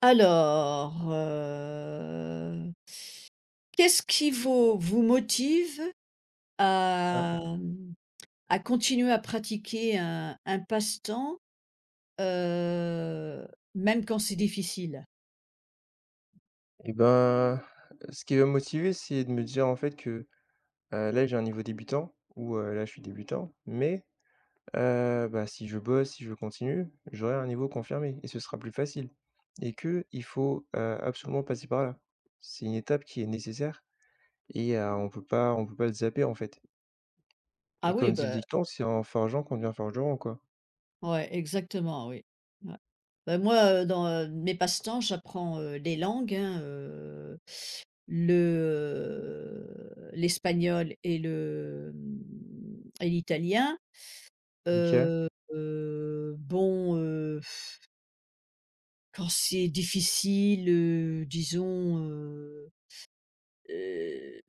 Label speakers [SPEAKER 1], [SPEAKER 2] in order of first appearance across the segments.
[SPEAKER 1] Alors, heu, Qu'est-ce qui vous motive
[SPEAKER 2] Ouais.
[SPEAKER 1] à, mmh, à continuer à pratiquer un passe-temps, heu, même quand c'est difficile?
[SPEAKER 2] Et ben, ce qui va me motiver, c'est de me dire en fait que, là j'ai un niveau débutant ou là je suis débutant, mais bah, si je bosse, si je continue, j'aurai un niveau confirmé et ce sera plus facile et que il faut, absolument passer par là. C'est une étape qui est nécessaire et on peut pas le zapper en fait.
[SPEAKER 1] Ah
[SPEAKER 2] Et
[SPEAKER 1] oui,
[SPEAKER 2] comme dit le
[SPEAKER 1] bah,
[SPEAKER 2] dicton, c'est en forgeant qu'on devient forgeron, quoi.
[SPEAKER 1] ouais, exactement, oui. Ouais. Bah, moi, dans, mes passe-temps, j'apprends, les langues, hein, le, l'espagnol et le, mmh et l'italien.
[SPEAKER 2] OK.
[SPEAKER 1] Heu bon, quand c'est difficile, disons, heu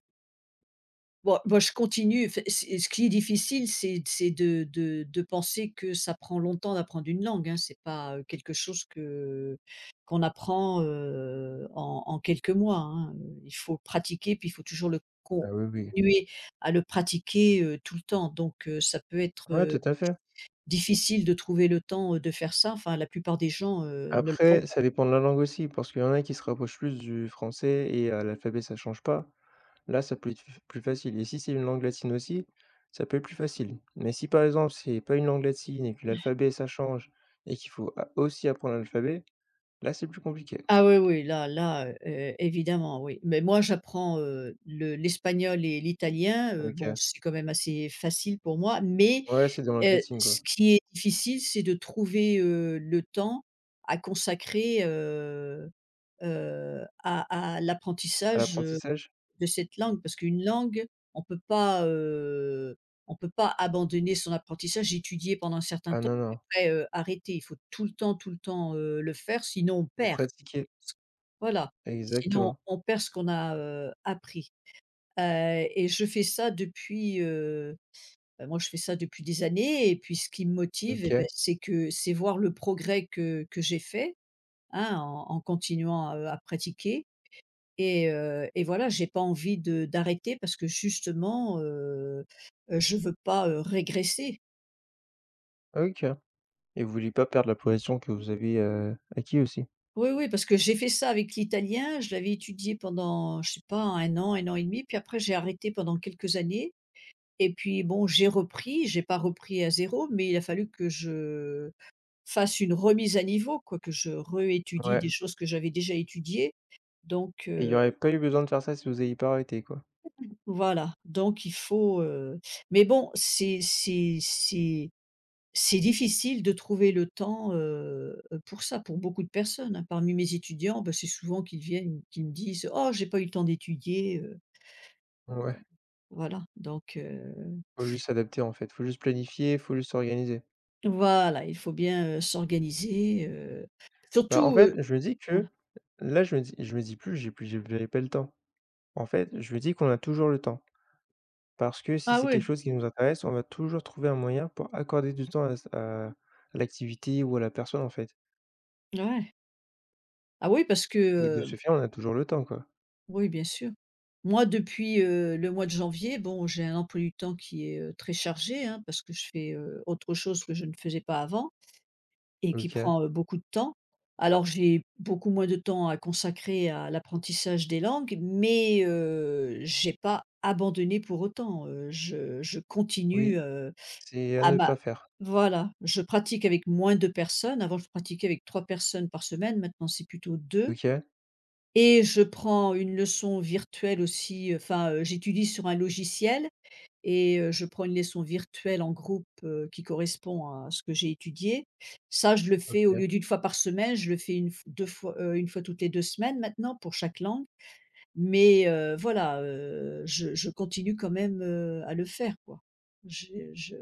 [SPEAKER 1] bon, moi je continue. F C'est ce qui est difficile, c'est de penser que ça prend longtemps d'apprendre une langue, hein. C'est pas, quelque chose que qu'on apprend, en quelques mois, hein. Il faut pratiquer, puis il faut toujours le
[SPEAKER 2] Ah oui, oui.
[SPEAKER 1] continuer à le pratiquer, tout le temps. Donc, ça peut être,
[SPEAKER 2] Ouais, tout à fait.
[SPEAKER 1] difficile de trouver le temps, de faire ça. Enfin, la plupart des gens, ne le font.
[SPEAKER 2] Après, ça dépend de la langue aussi, parce qu'il y en a qui se rapprochent plus du français et l'alphabet, ça change pas. Là, ça peut être f plus facile et si c'est une langue latine aussi, ça peut être plus facile. Mais si par exemple, c'est pas une langue latine et que l'alphabet ça change et qu'il faut a aussi apprendre l'alphabet, là, c'est plus compliqué.
[SPEAKER 1] Ah oui, oui, évidemment, oui. Mais moi, j'apprends, le l'espagnol et l'italien, bon,
[SPEAKER 2] OK.
[SPEAKER 1] c'est quand même assez facile pour moi. Mais
[SPEAKER 2] Ouais, c'est des langues latines, quoi.
[SPEAKER 1] ce qui est difficile, c'est de trouver, le temps à consacrer, à
[SPEAKER 2] À
[SPEAKER 1] l'apprentissage de
[SPEAKER 2] l'apprentissage?
[SPEAKER 1] cette langue parce qu'une langue, on peut pas, heu, on peut pas abandonner son apprentissage, étudier pendant un certain
[SPEAKER 2] Ah
[SPEAKER 1] temps
[SPEAKER 2] non, non,
[SPEAKER 1] et après, arrêter. Il faut tout le temps, le faire sinon on
[SPEAKER 2] pour
[SPEAKER 1] perd.
[SPEAKER 2] pratiquer.
[SPEAKER 1] Voilà, sinon
[SPEAKER 2] Exactement.
[SPEAKER 1] on perd ce qu'on a, appris. Et je fais ça depuis, moi je fais ça depuis des années et puis ce qui me motive, et beh,
[SPEAKER 2] OK.
[SPEAKER 1] c'est que c'est voir le progrès que j'ai fait, hein, en continuant, à pratiquer. Et voilà, j'ai pas envie de d'arrêter parce que justement, je veux pas, régresser.
[SPEAKER 2] OK et vous voulez pas perdre la position que vous avez, acquis aussi.
[SPEAKER 1] Oui, oui, parce que j'ai fait ça avec l'italien, je l'avais étudié pendant, je sais pas, un an et demi, puis après j'ai arrêté pendant quelques années. Et puis bon, j'ai repris, j'ai pas repris à zéro, mais il a fallu que je fasse une remise à niveau, quoi, que je réétudie
[SPEAKER 2] Ouais
[SPEAKER 1] des choses que j'avais déjà étudiées. Donc
[SPEAKER 2] et il y
[SPEAKER 1] heu,
[SPEAKER 2] aurait pas eu besoin de faire ça si vous aviez pas arrêté, quoi.
[SPEAKER 1] voilà, donc il faut, mais bon, c'est c'est c'est difficile de trouver le temps, pour ça, pour beaucoup de personnes, hein. Parmi mes étudiants, bah, c'est souvent qu'ils viennent, qu'ils me disent: «Oh, j'ai pas eu le temps d'étudier»,
[SPEAKER 2] Ouais,
[SPEAKER 1] voilà.
[SPEAKER 2] faut juste s'adapter en fait, faut juste planifier, faut juste s'organiser.
[SPEAKER 1] Voilà, il faut bien, s'organiser,
[SPEAKER 2] Bah, en
[SPEAKER 1] surtout,
[SPEAKER 2] fait, je me dis
[SPEAKER 1] ouais.
[SPEAKER 2] que là, je me dis plus: J'avais pas le temps». En fait, je me dis qu'on a toujours le temps parce que si
[SPEAKER 1] Ah
[SPEAKER 2] c'est quelque
[SPEAKER 1] oui.
[SPEAKER 2] chose qui nous intéresse, on va toujours trouver un moyen pour accorder du temps à l'activité ou à la personne, en fait
[SPEAKER 1] Ouais. Ah oui, parce que,
[SPEAKER 2] et de ce fait, on a toujours le temps, quoi.
[SPEAKER 1] oui, bien sûr. Moi, depuis, le mois de janvier, bon, j'ai un emploi du temps qui est, très chargé, hein, parce que je fais, autre chose que je ne faisais pas avant. Et qui
[SPEAKER 2] OK,
[SPEAKER 1] prend, beaucoup de temps. Alors j'ai beaucoup moins de temps à consacrer à l'apprentissage des langues, mais j'ai pas abandonné pour autant, je continue,
[SPEAKER 2] oui, c'est à
[SPEAKER 1] à
[SPEAKER 2] ne
[SPEAKER 1] ma
[SPEAKER 2] pas faire.
[SPEAKER 1] voilà, je pratique avec moins de personnes. Avant, je pratiquais avec 3 personnes par semaine, maintenant c'est plutôt 2.
[SPEAKER 2] OK,
[SPEAKER 1] Et je prends une leçon virtuelle aussi, enfin, j'étudie sur un logiciel et je prends une leçon virtuelle en groupe, qui correspond à ce que j'ai étudié. Ça, je le fais au
[SPEAKER 2] OK.
[SPEAKER 1] lieu d'une fois par semaine, je le fais une f deux fois, une fois toutes les 2 semaines maintenant pour chaque langue. Mais voilà, je continue quand même, à le faire, quoi. J'ai je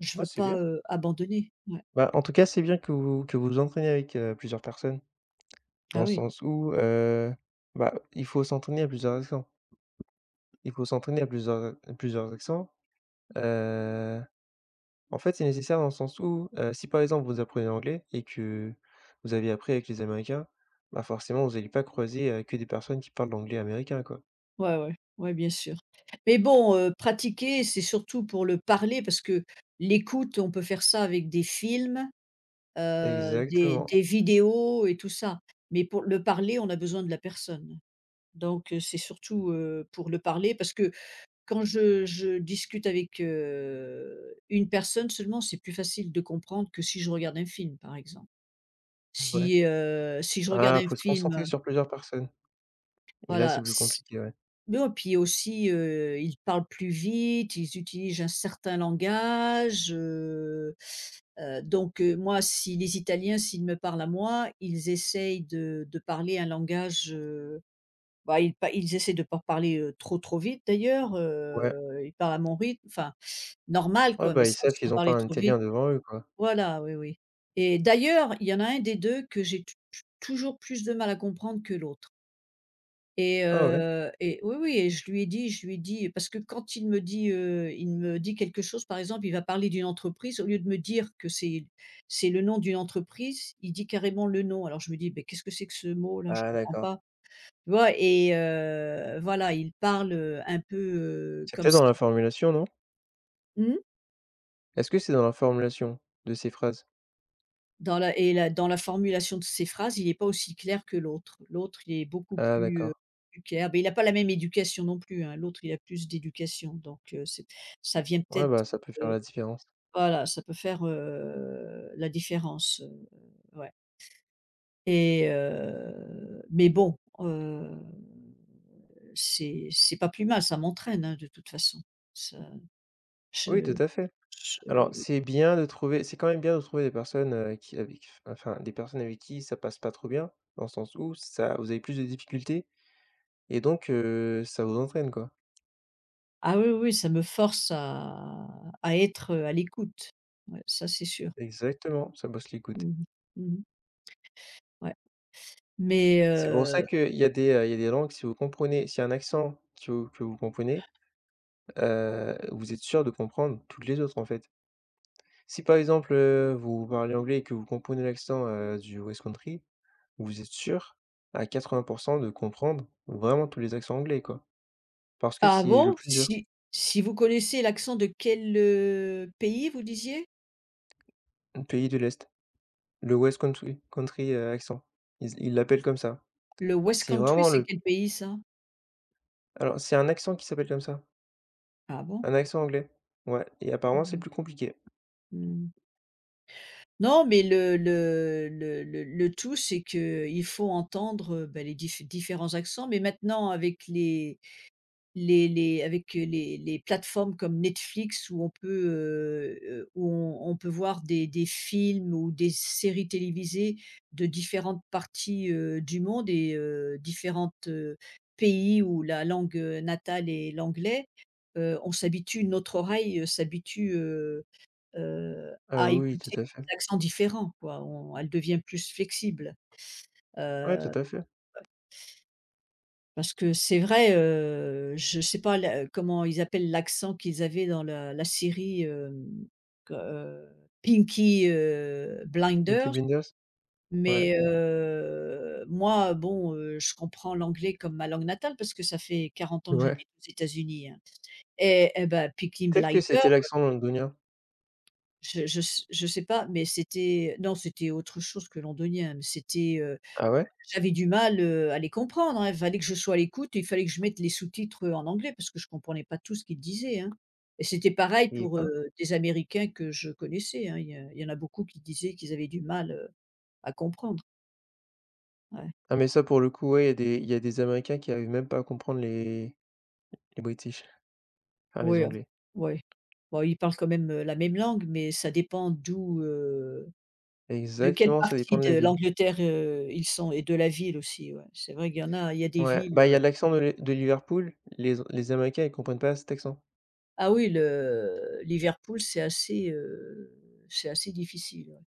[SPEAKER 1] je
[SPEAKER 2] Ouais,
[SPEAKER 1] veux
[SPEAKER 2] c'est
[SPEAKER 1] pas,
[SPEAKER 2] bien.
[SPEAKER 1] abandonner. Ouais.
[SPEAKER 2] Bah, en tout cas, c'est bien que vous vous entraînez avec, plusieurs personnes dans
[SPEAKER 1] Ah
[SPEAKER 2] le
[SPEAKER 1] oui.
[SPEAKER 2] sens où, bah, il faut s'entraîner à plusieurs accents. Il faut s'entraîner à plusieurs a plusieurs accents, heu En fait, c'est nécessaire dans le sens où, si par exemple vous apprenez l'anglais et que vous avez appris avec les Américains, bah, forcément vous n'allez pas croiser, que des personnes qui parlent l'anglais américain, quoi.
[SPEAKER 1] Ouais, ouais. Ouais, bien sûr. Mais bon, pratiquer, c'est surtout pour le parler parce que l'écoute, on peut faire ça avec des films, des
[SPEAKER 2] Exactement,
[SPEAKER 1] des vidéos et tout ça. Mais pour le parler, on a besoin de la personne. C'est surtout, pour le parler parce que quand je discute avec, une personne seulement, c'est plus facile de comprendre que si je regarde un film, par exemple.
[SPEAKER 2] ouais.
[SPEAKER 1] Si, si je regarde
[SPEAKER 2] Ah,
[SPEAKER 1] un
[SPEAKER 2] faut se concentrer
[SPEAKER 1] film,
[SPEAKER 2] sur plusieurs personnes et là, c'est
[SPEAKER 1] voilà,
[SPEAKER 2] plus
[SPEAKER 1] si
[SPEAKER 2] compliqué, ouais.
[SPEAKER 1] Non, et puis aussi, ils parlent plus vite, ils utilisent un certain langage, moi, si les Italiens, s'ils me parlent à moi, ils essayent de parler un langage, bah, ils essaient de ne pas parler, trop, trop vite d'ailleurs,
[SPEAKER 2] Ouais.
[SPEAKER 1] ils parlent à mon rythme, enfin normal
[SPEAKER 2] Ouais,
[SPEAKER 1] quoi, mais
[SPEAKER 2] bah, ils
[SPEAKER 1] sans
[SPEAKER 2] savent
[SPEAKER 1] sans
[SPEAKER 2] qu'ils ont pas
[SPEAKER 1] parler
[SPEAKER 2] un
[SPEAKER 1] trop
[SPEAKER 2] Italien
[SPEAKER 1] vite.
[SPEAKER 2] devant eux, quoi.
[SPEAKER 1] Voilà, oui, oui et d'ailleurs, il y en a un des 2 que j'ai toujours plus de mal à comprendre que l'autre.
[SPEAKER 2] Ah ouais?
[SPEAKER 1] Et oui, oui et je lui ai dit parce que quand il me dit quelque chose, par exemple, il va parler d'une entreprise, au lieu de me dire que c'est le nom d'une entreprise, il dit carrément le nom. Alors je me dis: «Beh, qu'est-ce que c'est que ce mot-là? Je
[SPEAKER 2] Ah
[SPEAKER 1] comprends
[SPEAKER 2] d'accord.
[SPEAKER 1] pas». Tu vois? Voilà, il parle, un peu,
[SPEAKER 2] C'est
[SPEAKER 1] comme
[SPEAKER 2] peut-être dans
[SPEAKER 1] ça.
[SPEAKER 2] la formulation, non?
[SPEAKER 1] Mmh.
[SPEAKER 2] Est-ce que c'est dans la formulation de ces phrases?
[SPEAKER 1] Dans la formulation de ses phrases, il n'est pas aussi clair que l'autre. L'autre, il est beaucoup
[SPEAKER 2] Ah
[SPEAKER 1] plus,
[SPEAKER 2] d'accord.
[SPEAKER 1] plus clair. Mais il n'a pas la même éducation non plus, hein. L'autre, il a plus d'éducation, donc c'est ça vient
[SPEAKER 2] Ouais,
[SPEAKER 1] peut-être,
[SPEAKER 2] bah, ça peut faire
[SPEAKER 1] heu,
[SPEAKER 2] la différence.
[SPEAKER 1] voilà, ça peut faire, la différence, ouais et mais bon, c'est pas plus mal, ça m'entraîne, hein, de toute façon. Ça
[SPEAKER 2] Oui, tout
[SPEAKER 1] je
[SPEAKER 2] à fait.
[SPEAKER 1] je
[SPEAKER 2] Alors, c'est quand même bien de trouver des personnes, qui avec enfin, des personnes avec qui ça passe pas trop bien, dans le sens où ça vous avez plus de difficultés et donc ça vous entraîne, quoi.
[SPEAKER 1] Ah oui, oui, ça me force à être à l'écoute. Ouais, ça c'est sûr.
[SPEAKER 2] Exactement, ça bosse l'écoute.
[SPEAKER 1] Mmh mh. Mmh mh. Ouais. Mais
[SPEAKER 2] C'est pour ça
[SPEAKER 1] heu,
[SPEAKER 2] qu'il y a des langues, si vous comprenez s'il y a un accent qui vous que vous comprenez, vous êtes sûr de comprendre toutes les autres, en fait. Si, par exemple, vous parlez anglais et que vous comprenez l'accent, du West Country, vous êtes sûr à 80 de comprendre vraiment tous les accents anglais, quoi. Parce que
[SPEAKER 1] ah
[SPEAKER 2] c'est le
[SPEAKER 1] bon,
[SPEAKER 2] plus dur,
[SPEAKER 1] si vous connaissez l'accent de quel, pays vous disiez?
[SPEAKER 2] mmh, pays de l'Est, le West Country country, accent. Ils l'appellent comme ça.
[SPEAKER 1] Le West
[SPEAKER 2] C'est
[SPEAKER 1] Country,
[SPEAKER 2] vraiment
[SPEAKER 1] c'est
[SPEAKER 2] le
[SPEAKER 1] quel pays ça?
[SPEAKER 2] alors c'est un accent qui s'appelle comme ça,
[SPEAKER 1] Ah bon?
[SPEAKER 2] un accent anglais. Ouais et apparemment c'est
[SPEAKER 1] Mmh.
[SPEAKER 2] plus compliqué.
[SPEAKER 1] Mmh. Non, mais le tout, c'est qu'il faut entendre, bah, les différents accents, mais maintenant avec les plateformes comme Netflix où on peut, où on peut voir des films ou des séries télévisées de différentes parties, du monde et différentes, pays où la langue, natale est l'anglais. On s'habitue Notre oreille, s'habitue,
[SPEAKER 2] Ah
[SPEAKER 1] à
[SPEAKER 2] oui, tout
[SPEAKER 1] écouter
[SPEAKER 2] à fait.
[SPEAKER 1] des accents différents, quoi, on elle devient plus flexible.
[SPEAKER 2] Ouais, tout
[SPEAKER 1] heu
[SPEAKER 2] à fait.
[SPEAKER 1] Parce que c'est vrai, je sais pas la comment ils appellent l'accent qu'ils avaient dans la série, que, Peaky,
[SPEAKER 2] Peaky
[SPEAKER 1] Blinders,
[SPEAKER 2] Blinders, ouais,
[SPEAKER 1] mais moi, bon, je comprends l'anglais comme ma langue natale parce que ça fait 40 ans que
[SPEAKER 2] ouais.
[SPEAKER 1] j'habite aux États-Unis, hein. Bah, Peaky
[SPEAKER 2] Peut-être que
[SPEAKER 1] Blinders,
[SPEAKER 2] c'était l'accent londonien.
[SPEAKER 1] je sais pas, mais c'était non, c'était autre chose que londonien, mais c'était,
[SPEAKER 2] Ah ouais?
[SPEAKER 1] j'avais du mal, à les comprendre, hein. Il fallait que je sois à l'écoute et il fallait que je mette les sous-titres, en anglais parce que je comprenais pas tout ce qu'ils disaient, hein. Et c'était pareil
[SPEAKER 2] Il y est
[SPEAKER 1] pour,
[SPEAKER 2] pas?
[SPEAKER 1] des Américains que je connaissais, hein. Il y en a beaucoup qui disaient qu'ils avaient du mal, à comprendre. Ouais.
[SPEAKER 2] Ah mais ça pour le coup, ouais, il y a des Américains qui arrivent même pas à comprendre les British, enfin les
[SPEAKER 1] Oui,
[SPEAKER 2] Anglais.
[SPEAKER 1] ouais. Bon, ils parlent quand même, la même langue, mais ça dépend de quelle
[SPEAKER 2] Exactement, ça dépend
[SPEAKER 1] partie
[SPEAKER 2] de la
[SPEAKER 1] de
[SPEAKER 2] ville.
[SPEAKER 1] l'Angleterre, ils sont et de la ville aussi, ouais. C'est vrai qu'il y en a il y a des
[SPEAKER 2] Ouais,
[SPEAKER 1] villes,
[SPEAKER 2] bah, il y a l'accent de Li de Liverpool, les Américains, ils comprennent pas cet accent
[SPEAKER 1] ah oui, le Liverpool, c'est assez, difficile, ouais.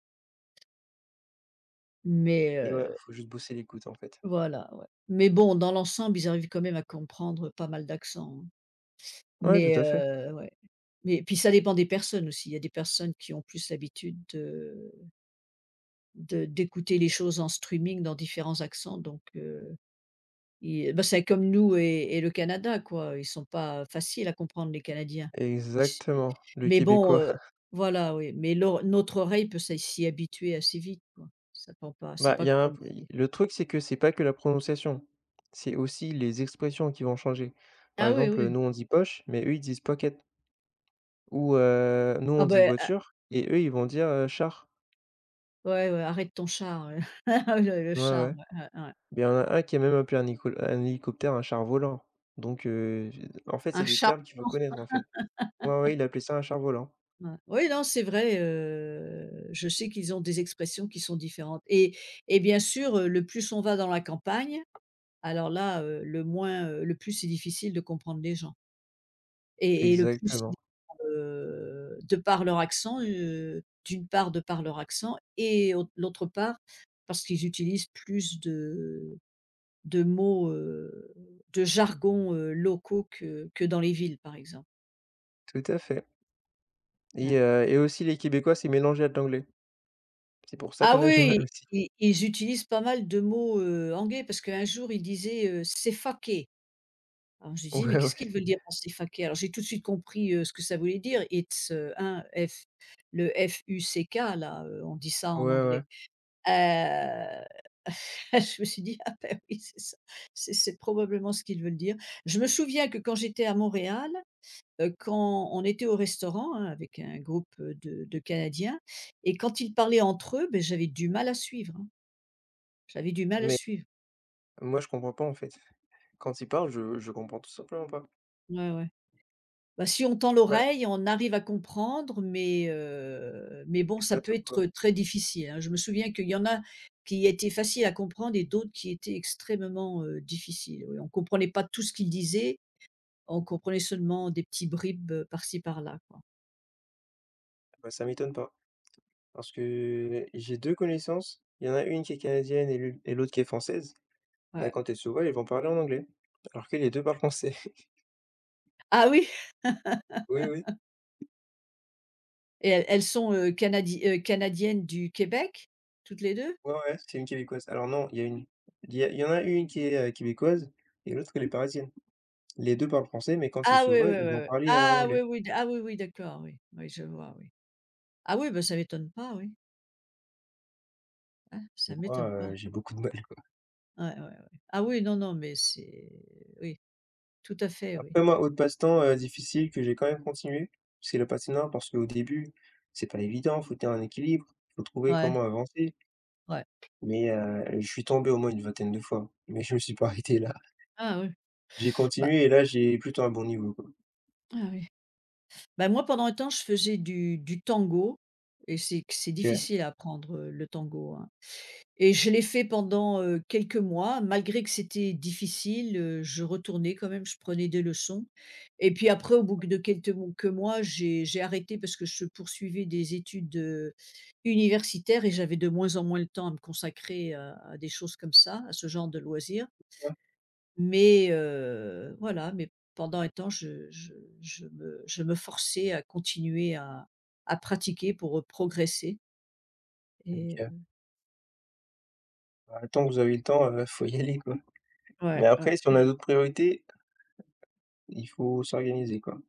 [SPEAKER 1] Mais
[SPEAKER 2] et ouais, faut juste bosser l'écoute, en fait.
[SPEAKER 1] voilà, ouais. Mais bon, dans l'ensemble, ils arrivent quand même à comprendre pas mal d'accents, hein.
[SPEAKER 2] Ouais,
[SPEAKER 1] Mais
[SPEAKER 2] tout à fait.
[SPEAKER 1] ouais. Mais puis ça dépend des personnes aussi. Il y a des personnes qui ont plus l'habitude de d'écouter les choses en streaming dans différents accents, donc ils bah, c'est comme nous et le Canada, quoi. Ils sont pas faciles à comprendre, les Canadiens. S
[SPEAKER 2] Exactement, le
[SPEAKER 1] mais bon,
[SPEAKER 2] québécois.
[SPEAKER 1] voilà, oui, mais l'or notre oreille peut s'y habituer assez vite, quoi. Ça prend pas c'est
[SPEAKER 2] Bah, il
[SPEAKER 1] pas
[SPEAKER 2] y a un
[SPEAKER 1] comme si
[SPEAKER 2] le truc, c'est que c'est pas que la prononciation, c'est aussi les expressions qui vont changer. Par
[SPEAKER 1] Ah oui,
[SPEAKER 2] exemple,
[SPEAKER 1] oui.
[SPEAKER 2] nous on dit poche, mais eux ils disent pocket. Ou nous,
[SPEAKER 1] Ah
[SPEAKER 2] on dit
[SPEAKER 1] ben,
[SPEAKER 2] voiture et eux, ils vont dire, char.
[SPEAKER 1] ouais, ouais, arrête ton char, le
[SPEAKER 2] Ouais,
[SPEAKER 1] char,
[SPEAKER 2] ouais.
[SPEAKER 1] ouais, ouais, ouais.
[SPEAKER 2] Beh, il y en a un qui a même appelé un hélicoptère un char volant. Donc en fait, c'est
[SPEAKER 1] Un
[SPEAKER 2] des
[SPEAKER 1] char
[SPEAKER 2] termes qu'il faut connaître, en fait. Ouais, ouais, il appelait ça un char volant.
[SPEAKER 1] blanc, ouais. Oui, non, c'est vrai, je sais qu'ils ont des expressions qui sont différentes et bien sûr, le plus on va dans la campagne, alors là, le plus c'est difficile de comprendre les gens et le plus ils
[SPEAKER 2] Exactement,
[SPEAKER 1] de par leur accent, d'une part, de par leur accent et au l'autre part, parce qu'ils utilisent plus de mots, de jargons, locaux que dans les villes, par exemple.
[SPEAKER 2] tout à fait et
[SPEAKER 1] Ouais.
[SPEAKER 2] heu et aussi les Québécois, c'est mélangé à de l'anglais. C'est pour ça
[SPEAKER 1] Ah
[SPEAKER 2] qu'on a du mal
[SPEAKER 1] oui,
[SPEAKER 2] aussi.
[SPEAKER 1] i ils utilisent pas mal de mots, anglais parce qu'un jour il disait, «C'est fucké». Alors je disais:
[SPEAKER 2] Ouais,
[SPEAKER 1] «Mais qu'est-ce qu'ils
[SPEAKER 2] ouais.
[SPEAKER 1] veulent dire par c'est fucké?» Alors j'ai tout de suite compris, ce que ça voulait dire. It's, hein, F le fuck là, on dit ça
[SPEAKER 2] Ouais,
[SPEAKER 1] en
[SPEAKER 2] ouais.
[SPEAKER 1] anglais. Heu, je me suis dit: «Ah, ben oui, c'est ça, c'est probablement ce qu'ils veulent dire». Je me souviens que quand j'étais à Montréal, quand on était au restaurant, hein, avec un groupe, de Canadiens et quand ils parlaient entre eux, beh, j'avais du mal à suivre, hein. J'avais du
[SPEAKER 2] Ah
[SPEAKER 1] mal à
[SPEAKER 2] mais
[SPEAKER 1] suivre.
[SPEAKER 2] moi, je comprends pas, en fait. Quand ils parlent, je comprends tout simplement pas.
[SPEAKER 1] Ouais, ouais. Bah, si on tend
[SPEAKER 2] Bah
[SPEAKER 1] l'oreille, on arrive à comprendre, mais bon,
[SPEAKER 2] et
[SPEAKER 1] ça
[SPEAKER 2] pas
[SPEAKER 1] peut
[SPEAKER 2] tout, quoi.
[SPEAKER 1] être très difficile, hein. Je me souviens qu'il y en a qui étaient faciles à comprendre et d'autres qui étaient extrêmement, difficiles. Oui, on ne comprenait pas tout ce qu'ils disaient, on comprenait seulement des petits bribes, par-ci par-là, quoi.
[SPEAKER 2] Bah, ça m'étonne pas. Parce que j'ai 2 connaissances, il y en a une qui est canadienne et l'une et l'autre qui est française. Bah,
[SPEAKER 1] Ouais.
[SPEAKER 2] quand elles se voient, elles vont parler en anglais, alors que les 2 parlent français.
[SPEAKER 1] Ah oui!
[SPEAKER 2] Oui, oui.
[SPEAKER 1] Et elles sont, canadiennes du Québec, toutes les 2.
[SPEAKER 2] Ouais, ouais, c'est une québécoise. Alors non, il y en a une qui est, québécoise et l'autre, qui est parisienne. Les 2 parlent français, mais quand ils
[SPEAKER 1] Ah
[SPEAKER 2] se
[SPEAKER 1] oui,
[SPEAKER 2] voient,
[SPEAKER 1] oui,
[SPEAKER 2] ils
[SPEAKER 1] oui,
[SPEAKER 2] vont
[SPEAKER 1] oui.
[SPEAKER 2] parler, en
[SPEAKER 1] Ah
[SPEAKER 2] anglais
[SPEAKER 1] oui, oui, d Ah oui, oui, d'accord, oui. Oui, je vois, oui. Ah oui, bah, ça m'étonne pas, oui. Hein,
[SPEAKER 2] et
[SPEAKER 1] ça
[SPEAKER 2] moi,
[SPEAKER 1] m'étonne pas.
[SPEAKER 2] j'ai beaucoup de mal.
[SPEAKER 1] Ouais, ouais, ouais. Ah oui, non, non, mais c'est oui, tout à fait, oui.
[SPEAKER 2] Après moi, autre passe-temps, difficile que j'ai quand même continué, c'est le patinage parce qu'au début, c'est pas évident, faut tenir un équilibre, faut trouver
[SPEAKER 1] Ouais,
[SPEAKER 2] comment avancer,
[SPEAKER 1] ouais.
[SPEAKER 2] mais je suis tombé au moins une vingtaine de fois, mais je me suis pas arrêté là.
[SPEAKER 1] Ah oui.
[SPEAKER 2] J'ai
[SPEAKER 1] Bah,
[SPEAKER 2] continué et là, j'ai plutôt un bon niveau, quoi.
[SPEAKER 1] ah oui. Bah, moi, pendant un temps, je faisais du tango et c'est
[SPEAKER 2] OK,
[SPEAKER 1] difficile à apprendre, le tango, hein. Et je l'ai fait pendant, quelques mois. Malgré que c'était difficile, je retournais quand même, je prenais des leçons et puis après au bout de quelques mon que mois, j'ai arrêté parce que je poursuivais des études, universitaires et j'avais de moins en moins le temps à me consacrer à des choses comme ça, à ce genre de loisirs. Mais, voilà, mais pendant un temps, je me forçais à continuer à pratiquer pour progresser. Et
[SPEAKER 2] OK. Bah, tant que vous avez le temps, faut y aller, quoi. Mais
[SPEAKER 1] ouais, ouais,
[SPEAKER 2] après, si on a d'autres priorités, il faut s'organiser, quoi.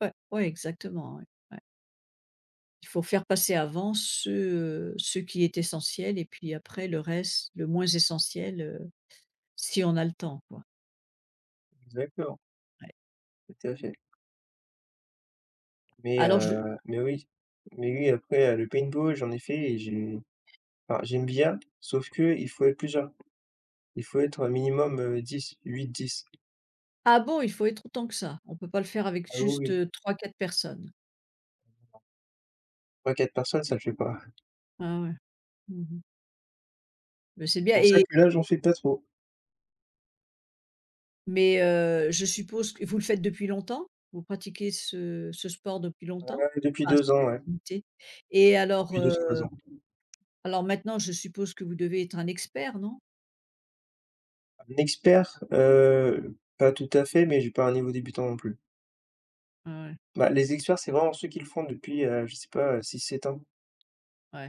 [SPEAKER 1] ouais, ouais, exactement, ouais, ouais. Il faut faire passer avant ce qui est essentiel et puis après le reste, le moins essentiel, si on a le temps, quoi,
[SPEAKER 2] Exactement,
[SPEAKER 1] ouais.
[SPEAKER 2] tout à fait. Mais
[SPEAKER 1] Alors je
[SPEAKER 2] heu, mais oui, mais oui, après, le paintball, j'en ai fait et j'ai enfin, j'aime bien, sauf que il faut être plusieurs. Il faut être un minimum, 10, 8-10.
[SPEAKER 1] Ah bon? Il faut être autant que ça? On peut pas le faire avec
[SPEAKER 2] Ah oui,
[SPEAKER 1] juste,
[SPEAKER 2] oui,
[SPEAKER 1] trois ou quatre personnes?
[SPEAKER 2] 3-4 personnes, ça le fait pas.
[SPEAKER 1] Ah ouais. Mmh. Mais c'est
[SPEAKER 2] C'est
[SPEAKER 1] bien
[SPEAKER 2] pour ça
[SPEAKER 1] et
[SPEAKER 2] que là, j'en fais pas trop.
[SPEAKER 1] mais je suppose que vous le faites depuis longtemps? Vous pratiquez ce sport depuis longtemps?
[SPEAKER 2] Ouais, depuis
[SPEAKER 1] Enfin,
[SPEAKER 2] 2 ans,
[SPEAKER 1] cette
[SPEAKER 2] ouais,
[SPEAKER 1] activité. et alors,
[SPEAKER 2] depuis deux trois
[SPEAKER 1] heu,
[SPEAKER 2] ans.
[SPEAKER 1] alors maintenant je suppose que vous devez être un expert, non?
[SPEAKER 2] Un expert, pas tout à fait, mais j'ai pas un niveau débutant non plus.
[SPEAKER 1] Ouais, ouais.
[SPEAKER 2] Bah, les experts, c'est vraiment ceux qui le font depuis, je sais pas, 6-7 ans.
[SPEAKER 1] Ouais.